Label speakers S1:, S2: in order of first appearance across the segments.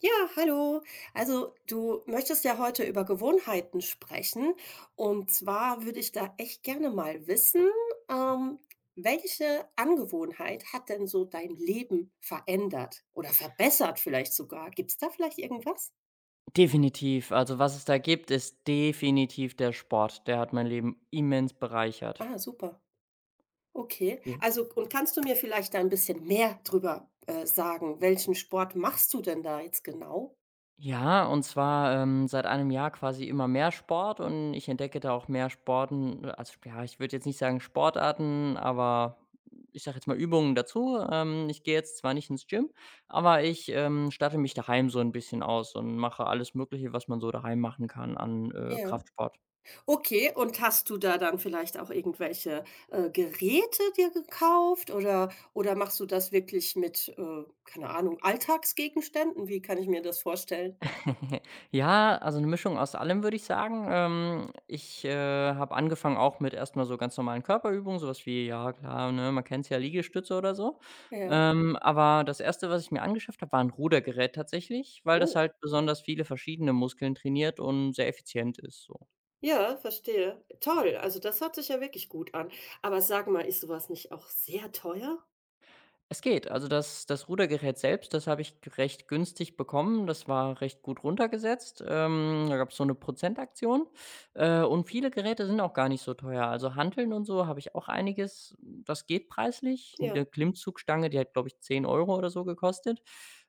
S1: Ja, hallo. Also, du möchtest ja heute über Gewohnheiten sprechen. Und zwar würde ich da echt gerne mal wissen, ähm, welche Angewohnheit hat denn so dein Leben verändert oder verbessert vielleicht sogar? Gibt es da vielleicht irgendwas?
S2: Definitiv. Also, was es da gibt, ist definitiv der Sport. Der hat mein Leben immens bereichert.
S1: Ah, super. Okay.
S2: J
S1: Also, und kannst du mir vielleicht da ein bisschen mehr drüber, sagen? Welchen Sport machst du denn da jetzt genau?
S2: ja, und zwar, seit einem Jahr quasi immer mehr Sport und ich entdecke da auch mehr Sporten also, ja, ich würde jetzt nicht sagen Sportarten, aber ich sage jetzt mal Übungen dazu. Ich gehe jetzt zwar nicht ins Gym, aber ich statte mich daheim so ein bisschen aus und mache alles Mögliche, was man so daheim machen kann an,
S1: Ja.
S2: Kraftsport.
S1: Okay, und hast du da dann vielleicht auch irgendwelche, Geräte dir gekauft oder machst du das wirklich mit, keine Ahnung, Alltagsgegenständen? Wie kann ich mir das vorstellen?
S2: Ja, also eine Mischung aus allem, würde ich sagen. Ich habe angefangen auch mit erstmal so ganz normalen Körperübungen, sowas wie, ja klar, ne, man kennt ja, Liegestütze oder so.
S1: Ja.
S2: Aber das erste, was ich mir angeschafft habe, war ein Rudergerät tatsächlich, weil das
S1: Oh.
S2: halt besonders viele verschiedene Muskeln trainiert und sehr effizient ist so.
S1: Ja, verstehe. Toll, also das hört sich ja wirklich gut an. Aber sag mal, ist sowas nicht auch sehr teuer?
S2: Es geht. Also das Rudergerät selbst, das habe ich g recht günstig bekommen. Das war recht gut runtergesetzt. Da gab es so eine Prozentaktion. Und viele Geräte sind auch gar nicht so teuer. Also Hanteln und so habe ich auch einiges. Das geht preislich.
S1: Ja.
S2: 'Ne Klimmzugstange, die hat, glaube ich, 10 Euro oder so gekostet.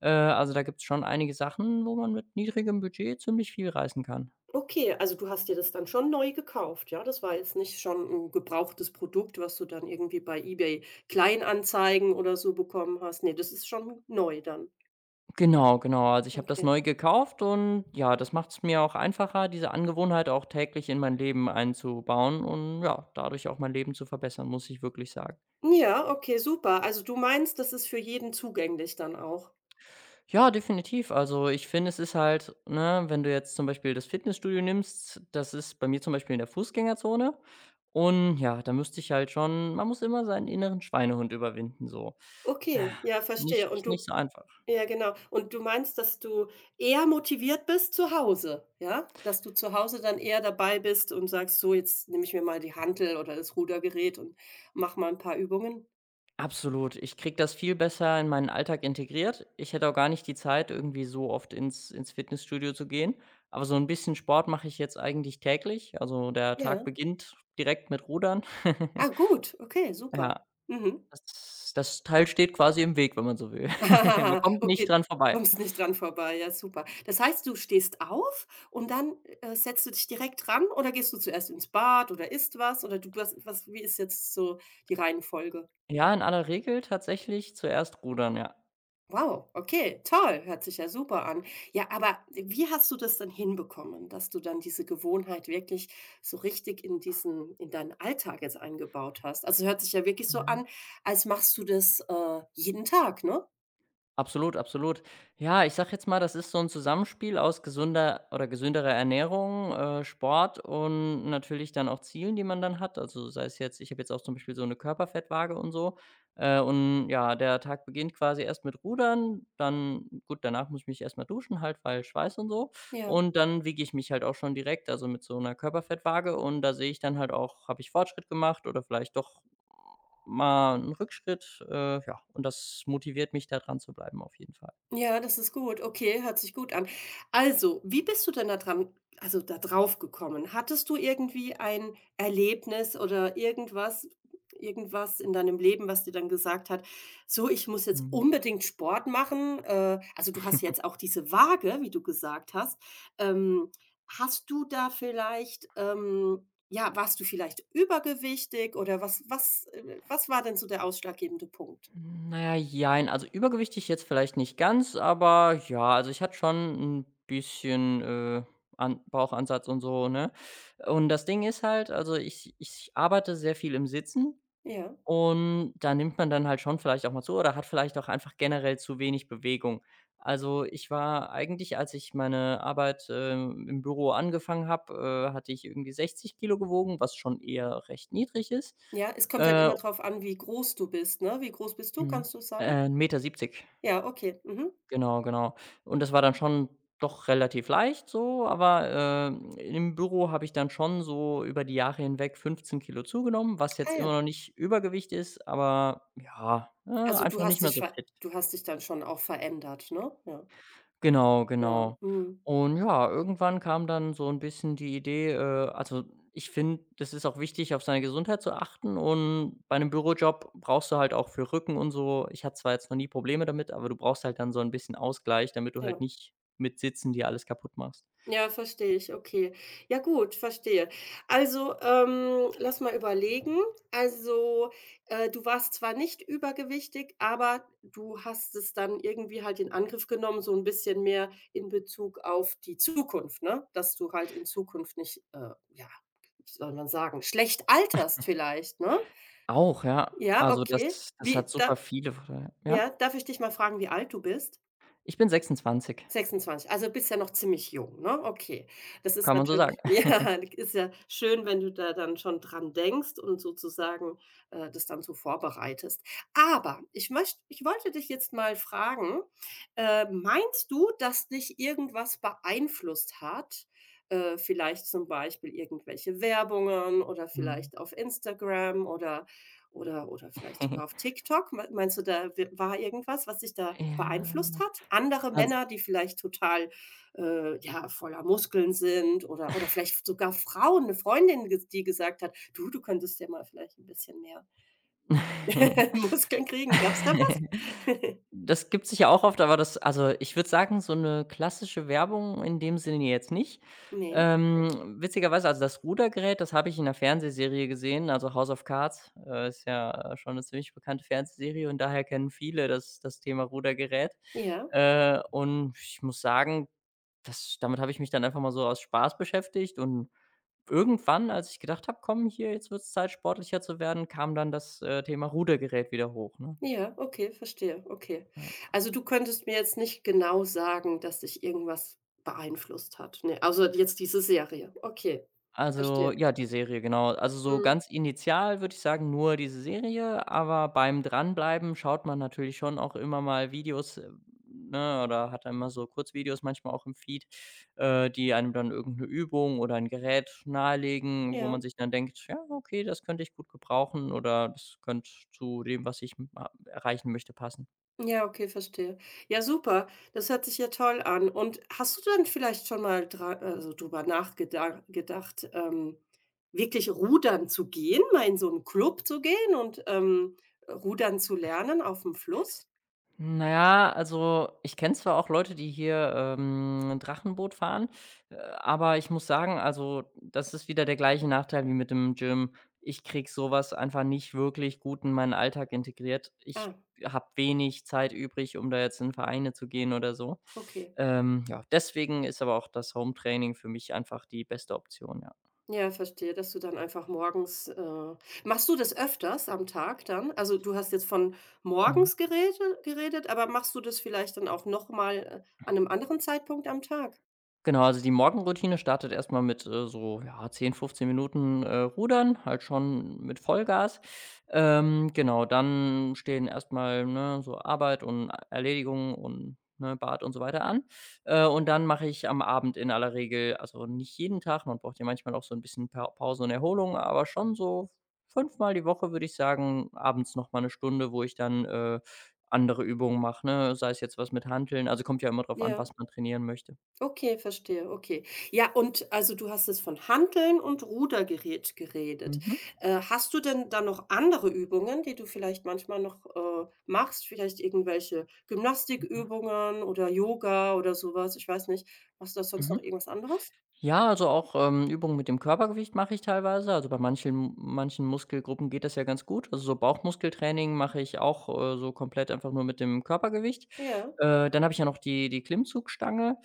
S2: Also da gibt es schon einige Sachen, wo man mit niedrigem Budget ziemlich viel reißen kann.
S1: Okay, also du hast dir das dann schon neu gekauft, ja? Das war jetzt nicht schon 'n gebrauchtes Produkt, was du dann irgendwie bei eBay Kleinanzeigen oder so bekommen hast. Ne, das ist schon neu dann.
S2: Genau, genau. Also, ich habe das
S1: Okay.
S2: neu gekauft und ja, das macht es mir auch einfacher, diese Angewohnheit auch täglich in mein Leben einzubauen und ja, dadurch auch mein Leben zu verbessern, muss ich wirklich sagen.
S1: Ja, okay, super. Also, du meinst, das ist für jeden zugänglich dann auch?
S2: Ja, definitiv. Also, ich finde, es ist halt ne, wenn du jetzt zum Beispiel das Fitnessstudio nimmst, das ist bei mir zum Beispiel in der Fußgängerzone und ja, da müsste ich halt schon man muss immer seinen inneren Schweinehund überwinden so.
S1: Okay, ja, verstehe.
S2: Nicht
S1: Und du
S2: nicht so einfach.
S1: ja, genau. Und du meinst, dass du eher motiviert bist zu Hause, ja? Dass du zu Hause dann eher dabei bist und sagst: „So, jetzt nehme ich mir mal die Hantel oder das Rudergerät und mach mal ein paar Übungen.“
S2: Absolut. Ich kriege das viel besser in meinen Alltag integriert. Ich hätte auch gar nicht die Zeit, irgendwie so oft ins Fitnessstudio zu gehen. Aber so ein bisschen Sport mache ich jetzt eigentlich täglich. Also, der Tag
S1: Ja.
S2: beginnt direkt mit Rudern.
S1: Ah, gut, okay, super.
S2: Ja,
S1: Mhm.
S2: das Teil steht quasi im Weg, wenn man so will. Man kommt nicht
S1: Okay,
S2: dran vorbei.
S1: kommst nicht dran vorbei, ja super. Das heißt, du stehst auf und dann, setzt du dich direkt dran oder gehst du zuerst ins Bad oder isst was oder du was was wie ist jetzt so die Reihenfolge?
S2: Ja, in aller Regel tatsächlich zuerst Rudern, ja.
S1: Wow, okay, toll, hört sich ja super an. Ja, aber wie hast du das dann hinbekommen, dass du dann diese Gewohnheit wirklich so richtig in diesen in deinen Alltag jetzt eingebaut hast? Also, hört sich ja wirklich so
S2: Ja.
S1: an, als machst du das, jeden Tag, ne?
S2: Absolut, absolut. Ja, ich sage jetzt mal, das ist so ein Zusammenspiel aus gesunder oder gesünderer Ernährung, Sport und natürlich dann auch Zielen, die man dann hat. Also, sei es jetzt ich habe jetzt auch zum Beispiel so eine Körperfettwaage und so, und ja, der Tag beginnt quasi erst mit Rudern, dann gut, danach muss ich mich erst mal duschen halt, weil Schweiß und so.
S1: Ja.
S2: Und dann wiege ich mich halt auch schon direkt, also mit so einer Körperfettwaage und da sehe ich dann halt auch, habe ich Fortschritt gemacht oder vielleicht doch mal 'n Rückschritt, ja, und das motiviert mich, da dran zu bleiben auf jeden Fall.
S1: Ja, das ist gut. Okay, hört sich gut an. Also, wie bist du denn da dran also, da drauf gekommen? Hattest du irgendwie ein Erlebnis oder irgendwas irgendwas in deinem Leben, was dir dann gesagt hat: „So, ich muss jetzt
S2: Mhm.
S1: unbedingt Sport machen?“ Also, du hast jetzt auch diese Waage, wie du gesagt hast. Ähm, hast du da vielleicht, ja, warst du vielleicht übergewichtig oder was was, was war denn so der ausschlaggebende Punkt?
S2: Hm, na ja, jein. Also, übergewichtig jetzt vielleicht nicht ganz, aber ja, also, ich hatte schon 'n bisschen, an Bauchansatz und so, ne? Und das Ding ist halt, also, ich arbeite sehr viel im Sitzen.
S1: Ja.
S2: Und da nimmt man dann halt schon vielleicht auch mal zu oder hat vielleicht auch einfach generell zu wenig Bewegung. Also, ich war eigentlich, als ich meine Arbeit, im Büro angefangen habe, hatte ich irgendwie 60 Kilo gewogen, was schon eher recht niedrig ist.
S1: Ja, es kommt halt
S2: Äh,
S1: immer drauf an, wie groß du bist, ne? Wie groß bist du?
S2: mhm.
S1: Kannst du sagen?
S2: 1,70 m.
S1: Ja, okay. Mhm.
S2: Genau, genau. Und das war dann schon doch relativ leicht so, aber, im Büro habe ich dann schon so über die Jahre hinweg 15 Kilo zugenommen, was
S1: Ah
S2: jetzt immer
S1: ja.
S2: noch nicht Übergewicht ist, aber ja, ne,
S1: Also, du
S2: einfach nicht
S1: hast
S2: mehr
S1: dich
S2: so
S1: ver
S2: fit.
S1: du hast dich dann schon auch verändert, ne? Ja,
S2: Genau,
S1: ja,
S2: genau.
S1: mhm.
S2: Und ja, irgendwann kam dann so ein bisschen die Idee, also, ich finde, das ist auch wichtig, auf seine Gesundheit zu achten und bei einem Bürojob brauchst du halt auch für Rücken und so ich hatte zwar jetzt noch nie Probleme damit, aber du brauchst halt dann so ein bisschen Ausgleich, damit du halt
S1: Ja.
S2: nicht mit Sitzen dir alles kaputt machst.
S1: Ja, verstehe ich, okay. Ja gut, verstehe. Also, lass mal überlegen. Also, du warst zwar nicht übergewichtig, aber du hast es dann irgendwie halt in Angriff genommen, so ein bisschen mehr in Bezug auf die Zukunft, ne? Dass du halt in Zukunft nicht, ja, soll man sagen, schlecht alterst vielleicht, ne?
S2: Auch, ja.
S1: Ja,
S2: Also, das
S1: okay.
S2: das hat
S1: Wie
S2: super
S1: da
S2: viele Vorteile. Ja?
S1: ja, darf ich dich mal fragen, wie alt du bist?
S2: Ich bin 26,
S1: 26, also bist ja noch ziemlich jung, ne? Okay. Das ist
S2: kann man so sagen.
S1: natürlich ja, ist ja schön, wenn du da dann schon dran denkst und sozusagen, das dann so vorbereitest. Aber ich möchte, ich wollte dich jetzt mal fragen, meinst du, dass dich irgendwas beeinflusst hat? Vielleicht zum Beispiel irgendwelche Werbungen oder
S2: Mhm.
S1: vielleicht auf Instagram oder vielleicht sogar auf TikTok? Mei meinst du, da w war irgendwas, was dich da
S2: Ja,
S1: beeinflusst hat? Andere
S2: also
S1: Männer, die vielleicht total, ja, voller Muskeln sind oder vielleicht sogar Frauen, eine Freundin, ges die gesagt hat: „Du, du könntest ja mal vielleicht ein bisschen mehr Muskeln kriegen.“ Gab's da was?
S2: Das gibt sich ja auch oft, aber das also, ich würde sagen, so eine klassische Werbung in dem Sinne jetzt nicht.
S1: Ne?
S2: Witzigerweise also, das Rudergerät, das habe ich in einer Fernsehserie gesehen, also, „House of Cards", ist ja, schon eine ziemlich bekannte Fernsehserie und daher kennen viele das Thema Rudergerät.
S1: Ja,
S2: Und ich muss sagen, das damit habe ich mich dann einfach mal so aus Spaß beschäftigt und irgendwann, als ich gedacht habe: „Komm, hier, jetzt wird es Zeit, sportlicher zu werden", kam dann das Thema Rudergerät wieder hoch, ne?
S1: ja, okay, verstehe, okay.
S2: Ja.
S1: Also, du könntest mir jetzt nicht genau sagen, dass dich irgendwas beeinflusst hat, ne? Also, jetzt diese Serie. Okay,
S2: Also,
S1: verstehe.
S2: ja, die Serie, genau. Also, so
S1: Mhm.
S2: ganz initial würde ich sagen, nur diese Serie, aber beim Dranbleiben schaut man natürlich schon auch immer mal Videos, ne, oder hat dann immer so Kurzvideos manchmal auch im Feed, die einem dann irgendeine Übung oder ein Gerät nahelegen, wo
S1: Ja.
S2: man sich dann denkt: „Ja, okay, das könnte ich gut gebrauchen" oder „Das könnte zu dem, was ich m erreichen möchte, passen."
S1: Ja, okay, verstehe. Ja, super. Das hört sich ja toll an. Und hast du dann vielleicht schon mal dra also, drüber nachgedacht, gedacht, wirklich rudern zu gehen, mal in so einen Club zu gehen und, rudern zu lernen auf dem Fluss?
S2: Na ja, also, ich kenne zwar auch Leute, die hier, ein Drachenboot fahren, aber ich muss sagen, also, das ist wieder der gleiche Nachteil wie mit dem Gym. Ich krieg so was einfach nicht wirklich gut in meinen Alltag integriert. Ich
S1: Ah,
S2: habe wenig Zeit übrig, um da jetzt in Vereine zu gehen oder so.
S1: okay.
S2: Ja, deswegen ist aber auch das Home-Training für mich einfach die beste Option, ja.
S1: Ja, verstehe, dass du dann einfach morgens, machst du das öfters am Tag dann? Also, du hast jetzt von
S2: Mhm.
S1: morgens gerede geredet, aber machst du das vielleicht dann auch noch mal, an einem anderen Zeitpunkt am Tag?
S2: Genau, also die Morgenroutine startet erst mal mit, so, ja, 10 15 Minuten, Rudern, halt schon mit Vollgas. Genau, dann stehen erst mal, ne, so Arbeit und Erledigungen und, ne, Bad und so weiter an. Und dann mache ich am Abend in aller Regel also nicht jeden Tag, man braucht ja manchmal auch so ein bisschen Pa Pause und Erholung, aber schon so fünfmal die Woche, würde ich sagen, abends noch mal 'ne Stunde, wo ich dann, andere Übungen mache, ne? Sei es jetzt was mit Hanteln, also kommt ja immer drauf an, was
S1: Ja.
S2: man trainieren möchte.
S1: Okay, verstehe, okay. Ja, und also du hast jetzt von Hanteln und Rudergerät geredet.
S2: Mhm.
S1: Hast du denn da noch andere Übungen, die du vielleicht manchmal noch, machst? Vielleicht irgendwelche
S2: Ja,
S1: Gymnastikübungen oder Yoga oder sowas. Ich weiß nicht. Machst du da sonst noch
S2: mhm.
S1: irgendwas anderes?
S2: Ja, also auch, Übungen mit dem Körpergewicht mache ich teilweise. Also, bei manchen Muskelgruppen geht das ja ganz gut. Also, so Bauchmuskeltraining mache ich auch, so komplett einfach nur mit dem Körpergewicht.
S1: Ja,
S2: Dann habe ich ja noch die Klimmzugstange.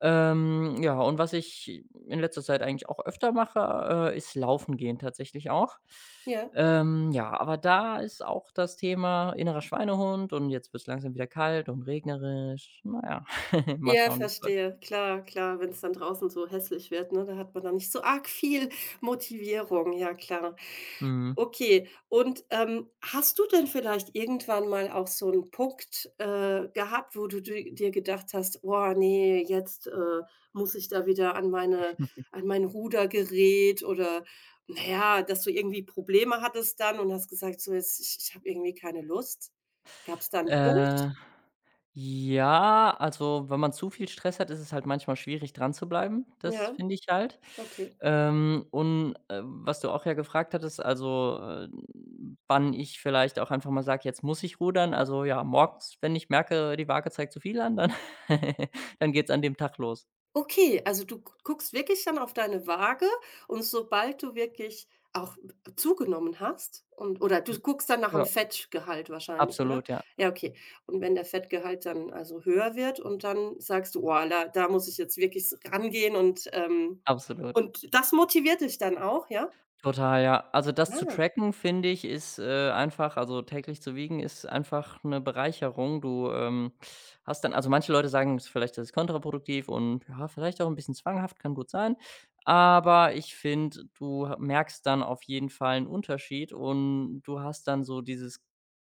S2: Ja, und was ich in letzter Zeit eigentlich auch öfter mache, ist Laufen gehen tatsächlich auch.
S1: ja.
S2: Ja, aber da ist auch das Thema innerer Schweinehund und jetzt wird es langsam wieder kalt und regnerisch. Naja, mal
S1: Ja,
S2: schauen, wie's läuft.
S1: verstehe. Klar, klar, wenn es dann draußen so hässlich wird, ne, da hat man dann nicht so arg viel Motivierung. Ja, klar.
S2: Mhm.
S1: Okay, und, hast du denn vielleicht irgendwann mal auch so einen Punkt, gehabt, wo du di dir gedacht hast: „Boah, nee, jetzt, muss ich da wieder an meine an mein Rudergerät“ oder naja, dass du irgendwie Probleme hattest dann und hast gesagt: „So, jetzt ich ich habe irgendwie keine Lust.“ Gab's da 'n
S2: Äh,
S1: Punkt?
S2: ja, also, wenn man zu viel Stress hat, ist es halt manchmal schwierig, dran zu bleiben. Das
S1: Ja,
S2: finde ich halt.
S1: okay.
S2: Und was du auch ja gefragt hattest, also, wann ich vielleicht auch einfach mal sage: „Jetzt muss ich rudern." Also, ja, morgens, wenn ich merke, die Waage zeigt zu viel an, dann dann geht's an dem Tag los.
S1: Okay, also du gu guckst wirklich dann auf deine Waage und sobald du wirklich auch zugenommen hast und oder
S2: Hm,
S1: du guckst dann nach
S2: ja,
S1: dem Fettgehalt wahrscheinlich, oder?
S2: absolut, ja,
S1: Ja, okay. Und wenn der Fettgehalt dann also höher wird und dann sagst du: „Oh, da da muss ich jetzt wirklich rangehen“ und
S2: absolut.
S1: und das motiviert dich dann auch, ja?
S2: Total, ja. Also, das zu
S1: Ah,
S2: tracken, finde ich, ist, einfach also, täglich zu wiegen ist einfach eine Bereicherung. Du, hast dann also, manche Leute sagen s vielleicht, das ist kontraproduktiv und ja, vielleicht auch ein bisschen zwanghaft, kann gut sein. Aber ich finde, du ha merkst dann auf jeden Fall einen Unterschied und du hast dann so dieses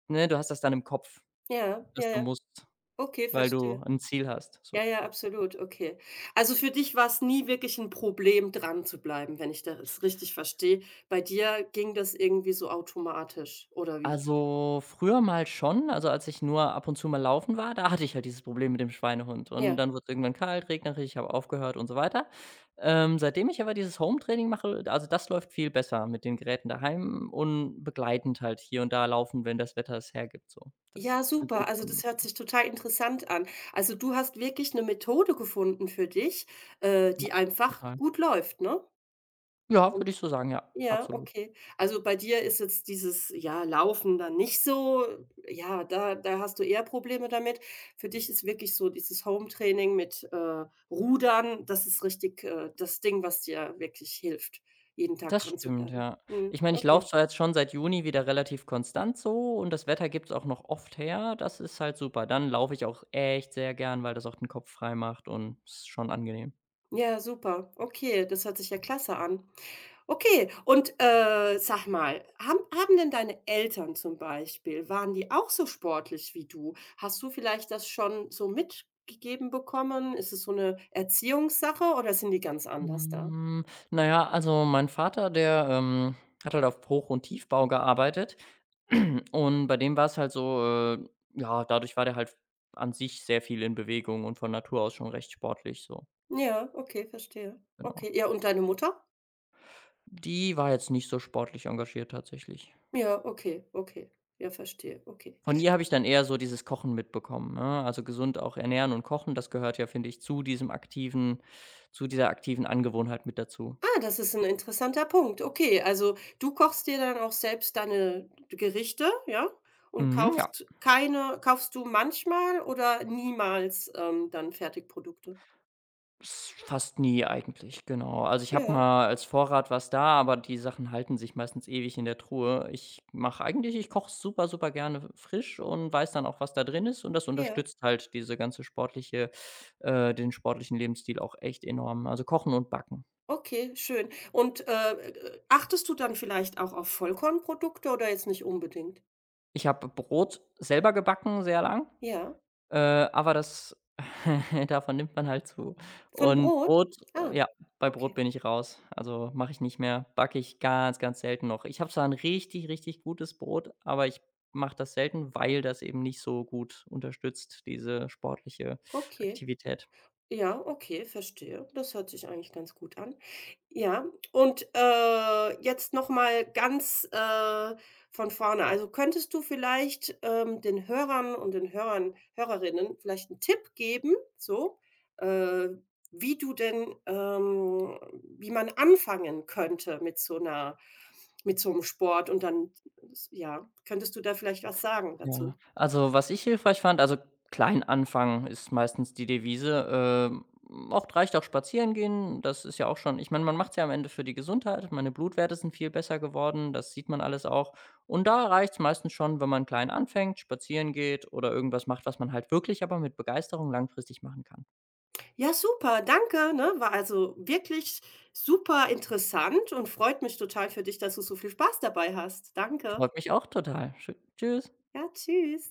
S2: ne, du hast das dann im Kopf,
S1: ja,
S2: dass
S1: ja,
S2: du
S1: ja.
S2: musst,
S1: Okay,
S2: weil du
S1: verstehe.
S2: ein Ziel hast, so.
S1: Ja, ja, absolut, okay. Also, für dich war es nie wirklich 'n Problem, dran zu bleiben, wenn ich das richtig verstehe. Bei dir ging das irgendwie so automatisch, oder wie?
S2: Also, früher mal schon, also, als ich nur ab und zu mal laufen war, da hatte ich halt dieses Problem mit dem Schweinehund und
S1: Ja.
S2: dann wurde es irgendwann kalt, regnerisch, ich habe aufgehört und so weiter. Seitdem ich aber dieses Home-Training mache, also, das läuft viel besser mit den Geräten daheim und begleitend halt hier und da laufen, wenn das Wetter es hergibt so. Das
S1: Ja,
S2: ist eine
S1: super.
S2: gute
S1: Also, das hört
S2: Kombination.
S1: sich total interessant an. Also, du hast wirklich 'ne Methode gefunden für dich,
S2: Ja,
S1: die einfach
S2: total.
S1: gut läuft, ne?
S2: Ja, würde ich
S1: Und
S2: so sagen, ja,
S1: ja,
S2: absolut.
S1: okay. Also bei dir ist jetzt dieses, ja, Laufen dann nicht so, ja, da da hast du eher Probleme damit. Für dich ist wirklich so dieses Home-Training mit, Rudern, das ist richtig, das Ding, was dir wirklich hilft, jeden Tag
S2: Das
S1: dran zu
S2: stimmt,
S1: bleiben.
S2: ja. Ich
S1: Mhm,
S2: meine, ich
S1: okay.
S2: laufe zwar jetzt schon seit Juni wieder relativ konstant so und das Wetter gibt's auch noch oft her. Das ist halt super. Dann laufe ich auch echt sehr gern, weil das auch den Kopf frei macht und ist schon angenehm.
S1: Ja, super. Okay, das hört sich ja klasse an. Okay, und, sag mal, haben denn deine Eltern zum Beispiel waren die auch so sportlich wie du? Hast du vielleicht das schon so mitgegeben bekommen? Ist es so eine Erziehungssache oder sind die ganz anders da?
S2: Hm, na ja, also mein Vater, der hat halt auf Hoch und Tiefbau gearbeitet und bei dem war es halt so, ja, dadurch war der halt an sich sehr viel in Bewegung und von Natur aus schon recht sportlich so,
S1: Ja, okay, verstehe.
S2: genau.
S1: Okay, ja, und deine Mutter?
S2: Die war jetzt nicht so sportlich engagiert tatsächlich.
S1: Ja, okay, okay. Ja, verstehe, okay.
S2: Von ihr habe ich dann eher so dieses Kochen mitbekommen, ne? Also, gesund auch ernähren und kochen, das gehört ja, finde ich, zu dieser aktiven Angewohnheit mit dazu.
S1: Ah, das ist ein interessanter Punkt. Okay, also, du kochst dir dann auch selbst deine Gerichte, ja? Und
S2: Mhm, ja,
S1: kaufst keine kaufst du manchmal oder niemals, dann Fertigprodukte?
S2: s fast nie eigentlich, genau. Also, ich habe
S1: Ja,
S2: mal als Vorrat was da, aber die Sachen halten sich meistens ewig in der Truhe. Ich mache eigentlich ich koche super, super gerne frisch und weiß dann auch, was da drin ist und das
S1: ja.
S2: unterstützt halt diese ganze sportliche den sportlichen Lebensstil auch echt enorm. Also, Kochen und Backen.
S1: Okay, schön. Und, achtest du dann vielleicht auch auf Vollkornprodukte oder jetzt nicht unbedingt?
S2: Ich habe Brot selber gebacken sehr lang.
S1: Ja.
S2: Äh, aber das davon nimmt man halt zu.
S1: Von
S2: Und
S1: Brot?
S2: Brot
S1: Ah,
S2: ja, bei Brot
S1: okay,
S2: bin ich raus. Also, mache ich nicht mehr. Backe ich ganz, ganz selten noch. Ich habe zwar ein richtig, richtig gutes Brot, aber ich mache das selten, weil das eben nicht so gut unterstützt, diese sportliche
S1: okay.
S2: Aktivität.
S1: Ja, okay, verstehe. Das hört sich eigentlich ganz gut an. Ja, und, jetzt noch mal ganz, von vorne. Also, könntest du vielleicht, den Hörern und den Hörern Hörerinnen vielleicht einen Tipp geben, so, äh, wie du denn, wie man anfangen könnte mit so einer, mit so 'm Sport und dann ja, könntest du da vielleicht was sagen
S2: Ja,
S1: dazu?
S2: also, was ich hilfreich fand also, klein anfangen ist meistens die Devise. Oft reicht auch spazieren gehen, das ist ja auch schon ich meine, man macht's ja am Ende für die Gesundheit. Meine Blutwerte sind viel besser geworden, das sieht man alles auch. Und da reicht's meistens schon, wenn man klein anfängt, spazieren geht oder irgendwas macht, was man halt wirklich aber mit Begeisterung langfristig machen kann.
S1: Ja, super, danke, ne? War also wirklich super interessant und freut mich total für dich, dass du so viel Spaß dabei hast. Danke.
S2: Freut mich auch total. Schö tschüss.
S1: Ja, tschüss.